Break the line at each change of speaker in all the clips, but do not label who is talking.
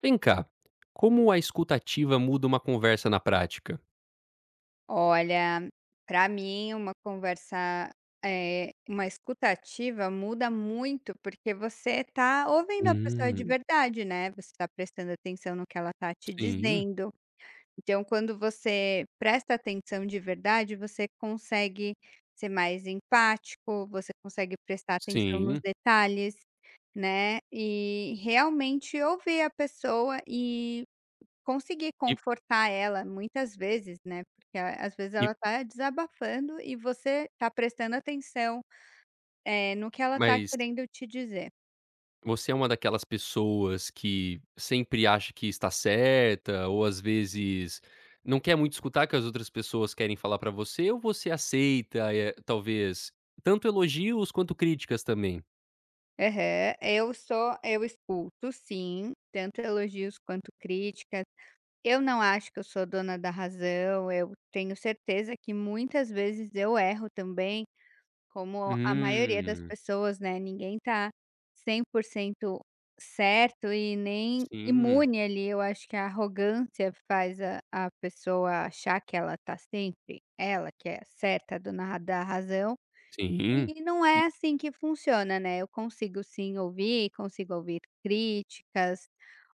Vem cá, como a escuta ativa muda uma conversa na prática?
Olha, para mim uma conversa, uma escutativa muda muito, porque você está ouvindo a pessoa de
Hum,
verdade, né, você está prestando atenção no que ela está te
sim,
dizendo. Então quando você presta atenção de verdade, você consegue ser mais empático, você consegue prestar atenção nos
sim.
detalhes, né, e realmente ouvir a pessoa e conseguir
E
confortar ela muitas vezes, né, porque a às vezes
e
ela tá desabafando e você tá prestando atenção, no que ela tá
mas
querendo te dizer.
você é uma daquelas pessoas que sempre acha que está certa ou, às vezes, não quer muito escutar o que as outras pessoas querem falar pra você ou você aceita, talvez, tanto elogios quanto críticas também?
Aham, eu escuto sim, tanto elogios quanto críticas. Eu não acho que eu sou dona da razão, eu tenho certeza que muitas vezes eu erro também. Como a maioria das
Hum,
pessoas, né, ninguém tá 100% certo e nem
sim,
imune ali, eu acho que a arrogância faz a pessoa achar que ela tá sempre ela que é certa, dona da razão,
sim,
e não é
e
assim que funciona, né, eu consigo sim ouvir, consigo ouvir críticas,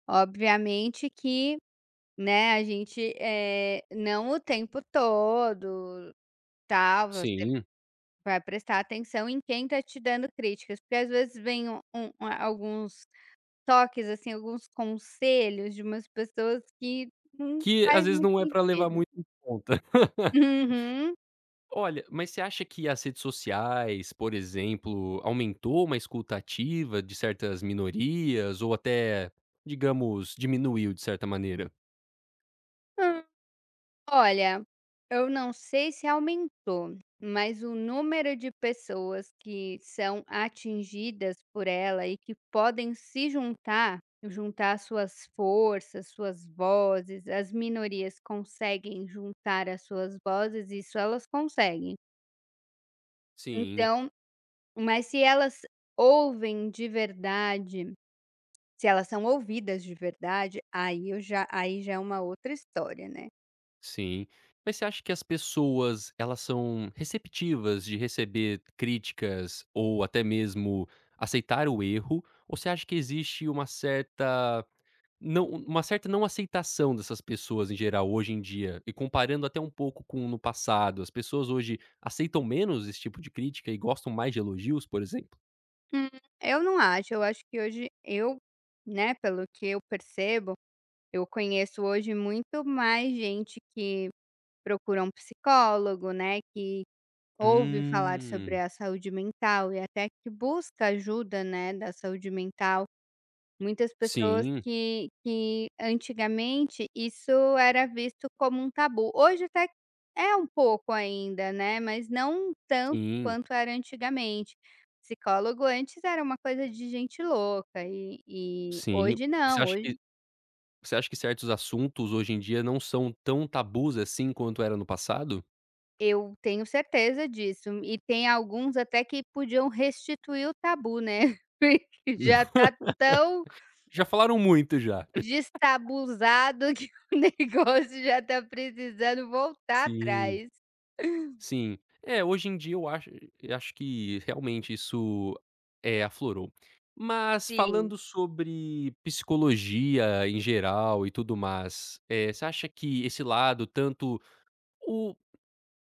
obviamente que, né, a gente, não o tempo todo, tal,
sim,
vai prestar atenção em quem tá te dando críticas, porque às vezes vem alguns toques, assim, alguns conselhos de umas pessoas que não
que
faz
às vezes
muito
não é pra levar
sentido.
muito em conta.
Uhum.
Olha, mas você acha que as redes sociais, por exemplo, aumentou uma escuta ativa de certas minorias ou até, digamos, diminuiu de certa maneira?
Olha, eu não sei se aumentou, mas o número de pessoas que são atingidas por ela e que podem se juntar, juntar suas forças, suas vozes, as minorias conseguem juntar as suas vozes, isso elas conseguem.
Sim,
Então, mas se elas ouvem de verdade, se elas são ouvidas de verdade, aí já é uma outra história, né.
sim. Mas você acha que as pessoas, elas são receptivas de receber críticas ou até mesmo aceitar o erro? Ou você acha que existe uma certa não, uma certa não aceitação dessas pessoas em geral hoje em dia, e comparando até um pouco com no passado, as pessoas hoje aceitam menos esse tipo de crítica e gostam mais de elogios, por exemplo?
Hum, eu não acho, eu acho que hoje eu, né, pelo que eu percebo, eu conheço hoje muito mais gente que procura um psicólogo, né, que ouve falar sobre
Hum,
a saúde mental e até que busca ajuda, né, da saúde mental. Muitas pessoas
sim,
que antigamente isso era visto como um tabu. Hoje até é um pouco ainda, né, mas não tanto
sim,
quanto era antigamente. Psicólogo antes era uma coisa de gente louca e
sim.
hoje
Você
não,
acha
hoje
que você acha que certos assuntos hoje em dia não são tão tabus assim quanto era no passado?
eu tenho certeza disso. E tem alguns até que podiam restituir o tabu, né, porque já tá tão
Já falaram muito já.
destabuzado que o negócio já tá precisando voltar
Sim.
atrás.
Sim. É, hoje em dia eu acho que realmente isso, é, aflorou. Mas
Sim.
falando sobre psicologia em geral e tudo mais, você acha que esse lado, tanto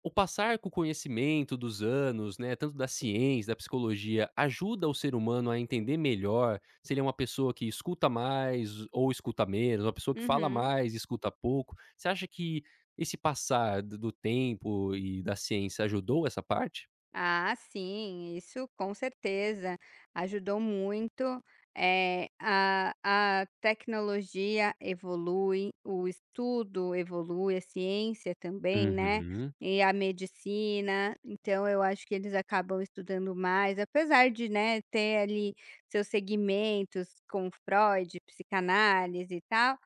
o passar com o conhecimento dos anos, né, tanto da ciência, da psicologia, ajuda o ser humano a entender melhor se ele é uma pessoa que escuta mais ou escuta menos, uma pessoa que fala
Uhum.
mais e escuta pouco. Você acha que esse passar do tempo e da ciência ajudou essa parte?
Ah, sim, isso com certeza ajudou muito. é a a tecnologia evolui, o estudo evolui, a ciência também, né,
Uhum.
e a medicina, então eu acho que eles acabam estudando mais, apesar de, né, ter ali seus segmentos com Freud, psicanálise e tal.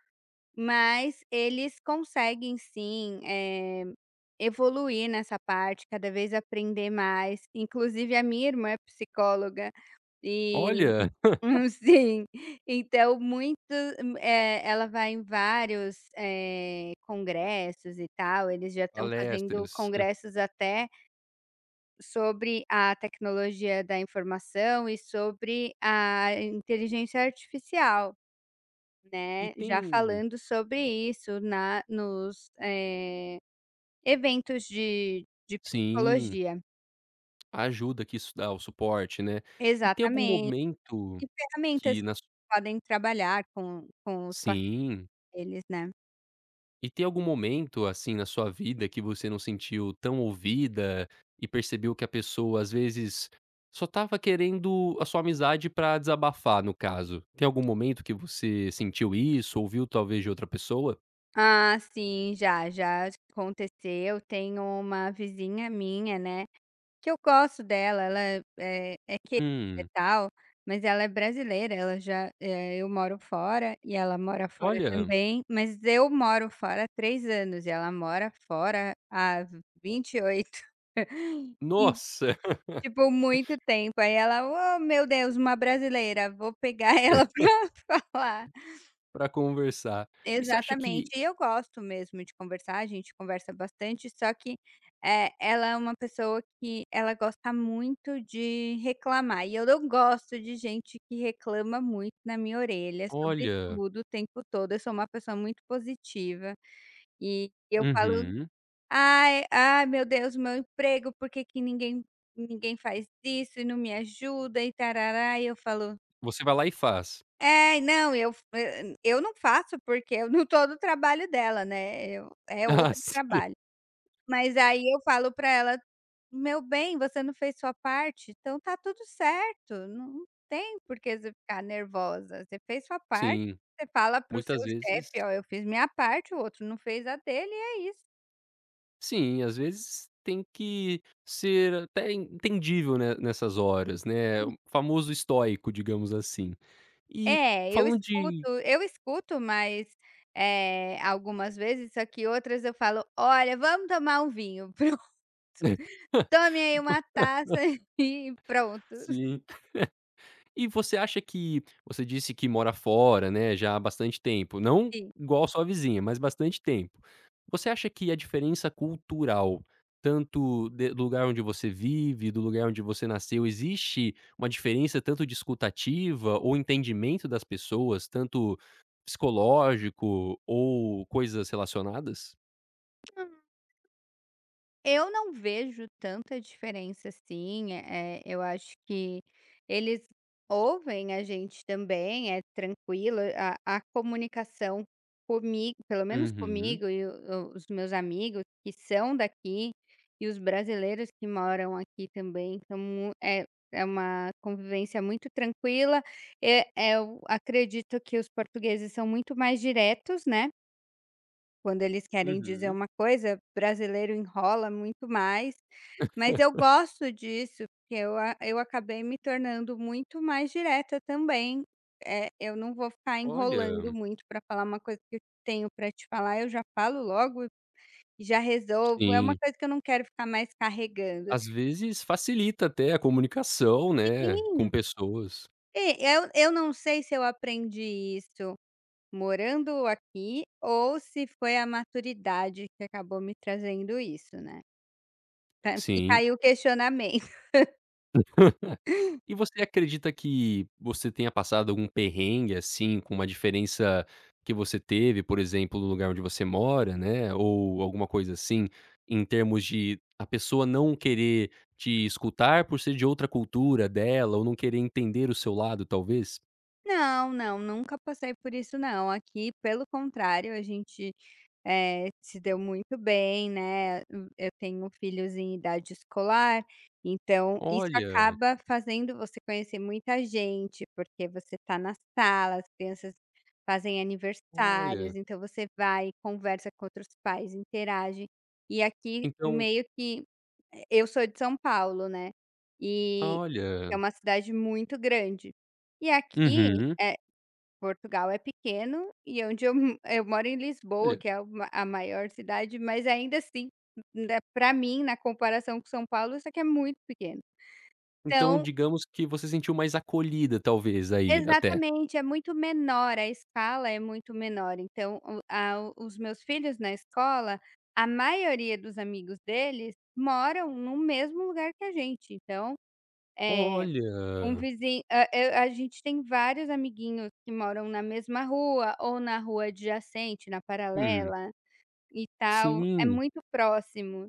Mas eles conseguem sim, evoluir nessa parte, cada vez aprender mais. Inclusive a minha irmã é psicóloga e
Olha,
sim. Então ela vai em vários, congressos e tal, eles já estão fazendo
palestras. Hã.
congressos até sobre a tecnologia da informação e sobre a inteligência artificial.
E
Né, já
tem,
falando sobre isso na nos, eh, eventos de
sim,
psicologia.
a ajuda que isso dá, o suporte, né. E tem algum
Exatamente.
momento,
E ferramentas
que
que
na su
podem trabalhar com os
sim.
papeles, né.
E tem algum momento, assim, na sua vida que você não sentiu tão ouvida e percebeu que a pessoa, às vezes, só tava querendo a sua amizade pra desabafar, no caso? Tem algum momento que você sentiu isso, ouviu talvez de outra pessoa?
Ah, sim, já, já aconteceu. Tenho uma vizinha minha, né, que eu gosto dela, ela é querida e
Hum,
tal, mas ela é brasileira, eu moro fora e ela mora fora
olha,
também, mas eu moro fora há 3 anos e ela mora fora há 28. E, oito. E,
nossa.
tipo, muito tempo. Aí ela: "Oh, meu Deus, uma brasileira, vou pegar ela pra falar".
Pra conversar. E você acha
Exatamente.
que,
E eu gosto mesmo de conversar, a gente conversa bastante, só que, ela é uma pessoa que ela gosta muito de reclamar, e eu não gosto de gente que reclama muito na minha orelha sobre
olha,
tudo o tempo todo. Eu sou uma pessoa muito positiva e eu falo:
uhum,
"Ai, ai meu Deus, meu emprego, por que que ninguém faz isso e não me ajuda e tarará", e eu falo
você vai lá e faz.
é, não, eu não faço, porque eu não tô no trabalho dela, né, eu é
Ah,
outro trabalho. Mas aí eu falo pra ela: "Meu bem, você não fez sua parte, então tá tudo certo, não tem por que você ficar nervosa, você fez sua parte,
sim,
você fala para o seu
muitas vezes.
chefe: 'Ó, eu fiz minha parte, o outro não fez a dele' e é isso".
Sim, às vezes tem que ser até entendível, né, nessas horas, né, o famoso estoico, digamos assim. E
É, eu
falando
escuto
de,
eu escuto, mas, algumas vezes, só que outras eu falo: "Olha, vamos tomar um vinho". Tome aí uma taça e pronto,
sim. E você acha que, você disse que mora fora, né, já há bastante tempo, não
sim.
igual a sua vizinha, mas bastante tempo. Você acha que a diferença cultural, tanto de do lugar onde você vive, do lugar onde você nasceu, existe uma diferença tanto de escutativa ou entendimento das pessoas, tanto psicológico ou coisas relacionadas?
Eu não vejo tanta diferença assim, eu acho que eles ouvem a gente também, é tranquilo, a comunicação comigo pelo menos
Uhum,
comigo e o os meus amigos que são daqui, e os brasileiros que moram aqui também são mu é é uma convivência muito tranquila, eh, eu acredito que os portugueses são muito mais diretos, né. Quando eles querem dizer
uhum.
uma coisa, brasileiro enrola muito mais, mas eu gosto disso, porque eu acabei me tornando muito mais direta também. Eu não vou ficar enrolando
Olha,
muito para falar uma coisa que eu tenho para te falar, eu já falo logo e já resolvo, é uma
sim,
coisa que eu não quero ficar mais carregando.
às vezes facilita até a comunicação, né, com
Sim,
pessoas.
e eu não sei se eu aprendi isso morando aqui ou se foi a maturidade que acabou me trazendo isso, né. Tá, fica
Sim.
aí o questionamento.
E você acredita que você tenha passado algum perrengue, assim, com uma diferença que você teve, por exemplo, no lugar onde você mora, né, ou alguma coisa assim, em termos de a pessoa não querer te escutar por ser de outra cultura dela, ou não querer entender o seu lado, talvez?
Não, não, nunca passei por isso não. Aqui, pelo contrário, a gente, se deu muito bem, né. Eu tenho filhos em idade escolar, então isso
Olha,
acaba fazendo você conhecer muita gente, porque você está na sala, as crianças fazem aniversários,
olha,
então você vai, conversa com outros pais, interage. E aqui
então,
meio que eu sou de São Paulo, né, e é
olha.
uma cidade muito grande. E aqui,
Uhum.
eh, Portugal é pequeno e onde eu moro em Lisboa,
Olha,
que é uma a maior cidade, mas ainda assim, para mim, na comparação com São Paulo, isso aqui é muito pequeno.
então
Então
digamos que você sentiu mais acolhida, talvez, aí, até.
exatamente, é muito menor, a escala é muito menor. Então os meus filhos na escola, a maioria dos amigos deles moram no mesmo lugar que a gente, então, eh Um
Olha.
vizinho ah, eu a gente tem vários amiguinhos que moram na mesma rua ou na rua adjacente, na
Hum,
paralela e tal, é
sim.
muito próximo.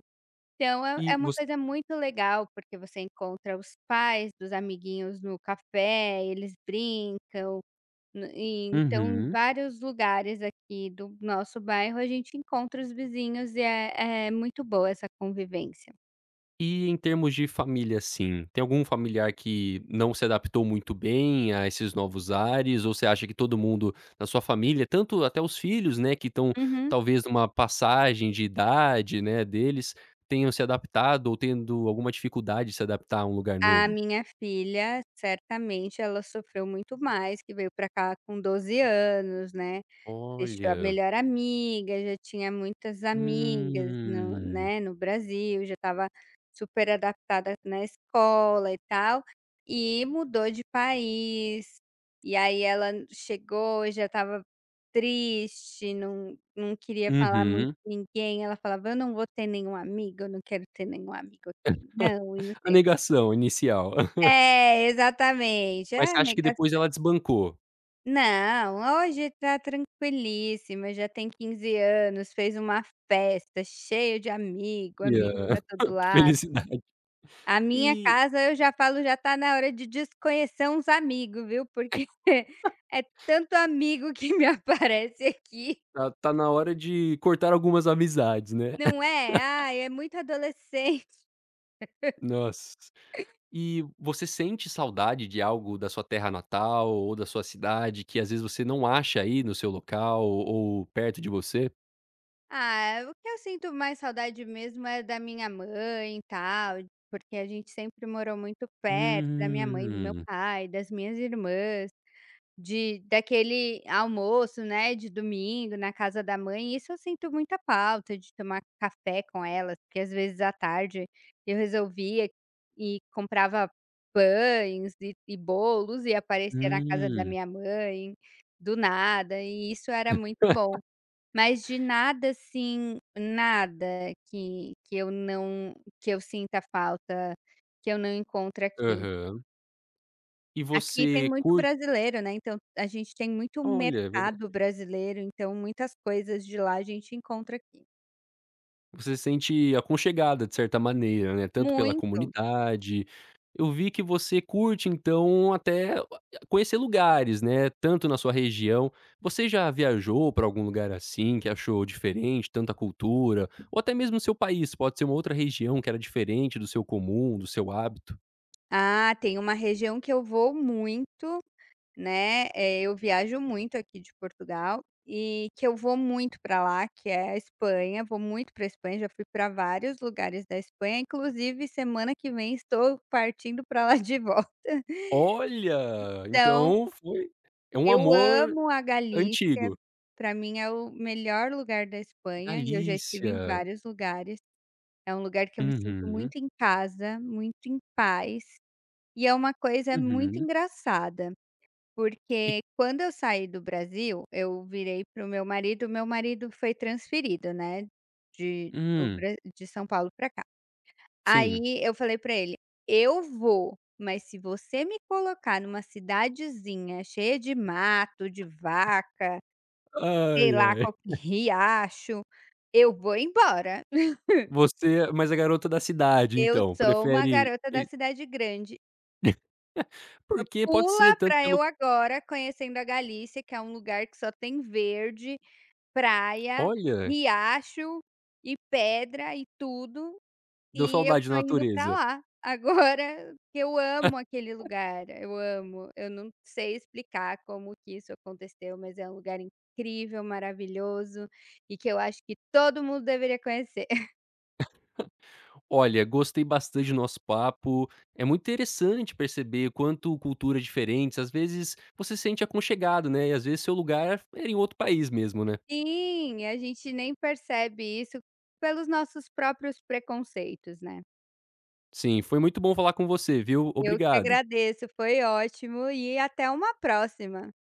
Então é é
E
uma
você?
coisa muito legal, porque você encontra os pais dos amiguinhos no café, eles brincam, no e então em
Uhum.
vários lugares aqui do nosso bairro a gente encontra os vizinhos e é é muito boa essa convivência.
E em termos de família, assim, tem algum familiar que não se adaptou muito bem a esses novos ares, ou você acha que todo mundo na sua família, tanto até os filhos, né, que estão
Uhum.
talvez numa passagem de idade, né, deles, tenham se adaptado ou tendo alguma dificuldade de se adaptar a um lugar
A
novo?
minha filha, certamente, ela sofreu muito mais, que veio para cá com 12 anos, né, deixou a
Olha,
melhor amiga, já tinha muitas amigas no
hum,
né, no Brasil, já estava super adaptada na escola e tal, e mudou de país. E aí ela chegou e já estava triste, não não queria falar muito
uhum.
com ninguém, ela falava: "Eu não vou ter nenhum amigo, eu não quero ter nenhum amigo aqui não", e não
A
sei
negação inicial.
é, exatamente.
Mas você
Ah,
acha que
nega
depois ela desbancou?
não, hoje tá tranquilíssima, já tem 15 anos, fez uma festa, cheia de amigo, amigo
Olha,
pra todo lado.
felicidade.
A minha
E
casa, eu já falo, já tá na hora de desconhecer uns amigos, viu, porque é tanto amigo que me aparece aqui,
tá na hora de cortar algumas amizades, né.
não é? Ai, é muito adolescente.
Nossa. E você sente saudade de algo da sua terra natal ou da sua cidade que às vezes você não acha aí no seu local ou perto de você?
Ah, o que eu sinto mais saudade mesmo é da minha mãe e tal, porque a gente sempre morou muito perto da minha mãe, do meu
Hum,
pai, das minhas irmãs, de daquele almoço, né, de domingo na casa da mãe. Isso eu sinto muita falta de tomar café com elas, porque às vezes à tarde eu resolvia e comprava pães e bolos e aparecia na casa da
hum.
minha mãe do nada, e isso era muito bom. Mas de nada, assim, nada que que eu não que eu sinta falta, que eu não encontro aqui.
Aham. E
Aqui tem
você
muito
curte?
brasileiro, né, então a gente tem muito
Olha, é
mercado
verdade.
brasileiro, então muitas coisas de lá a gente encontra aqui.
Você se sente aconchegada de certa maneira, né, tanto pela
Muito.
comunidade. Eu vi que você curte então até, conhecer lugares, né, tanto na sua região. Você já viajou para algum lugar assim que achou diferente, tanta cultura, ou até mesmo o seu país, pode ser uma outra região que era diferente do seu comum, do seu hábito?
Ah, tem uma região que eu vou muito, né, eu viajo muito aqui de Portugal e que eu vou muito para lá, que é a Espanha, vou muito para Espanha, já fui para vários lugares da Espanha, inclusive semana que vem estou partindo para lá de volta.
Olha,
Então,
então foi, é um
eu
amor
amo a Galícia,
antigo.
para mim é o melhor lugar da Espanha e eu já estive em
Galícia.
vários lugares. É um lugar que eu me sinto
Uhum,
muito em casa, muito em paz, e é uma coisa muito
uhum.
engraçada.
E
Porque quando eu saí do Brasil, eu virei pro meu marido foi transferido, né, de do
hum,
Bra de São Paulo para cá.
sim.
Aí eu falei para ele: "Eu vou, mas se você me colocar numa cidadezinha cheia de mato, de vaca, sei
Ai,
lá,
ai.
qualquer riacho, eu vou embora.
Você é, mas a garota da cidade
Eu
então,
sou uma
prefere
garota da
e
cidade grande.
porque pode ser
Pula
tanto
pra
pelo,
eu agora conhecendo a Galícia, que é um lugar que só tem verde". Praia,
olha,
riacho e pedra e tudo,
deu
e eu
saudade da
tô indo pra
natureza.
lá agora, porque eu amo aquele lugar, eu amo. Eu não sei explicar como que isso aconteceu, mas é um lugar incrível, maravilhoso e que eu acho que todo mundo deveria conhecer.
Olha, gostei bastante do nosso papo, é muito interessante perceber quanto culturas diferentes, às vezes, você se sente aconchegado, né, e às vezes seu lugar era em outro país mesmo, né.
Sim, a gente nem percebe isso pelos nossos próprios preconceitos, né.
Sim, foi muito bom falar com você, viu.
Eu que
Obrigado.
agradeço, foi ótimo e até uma próxima.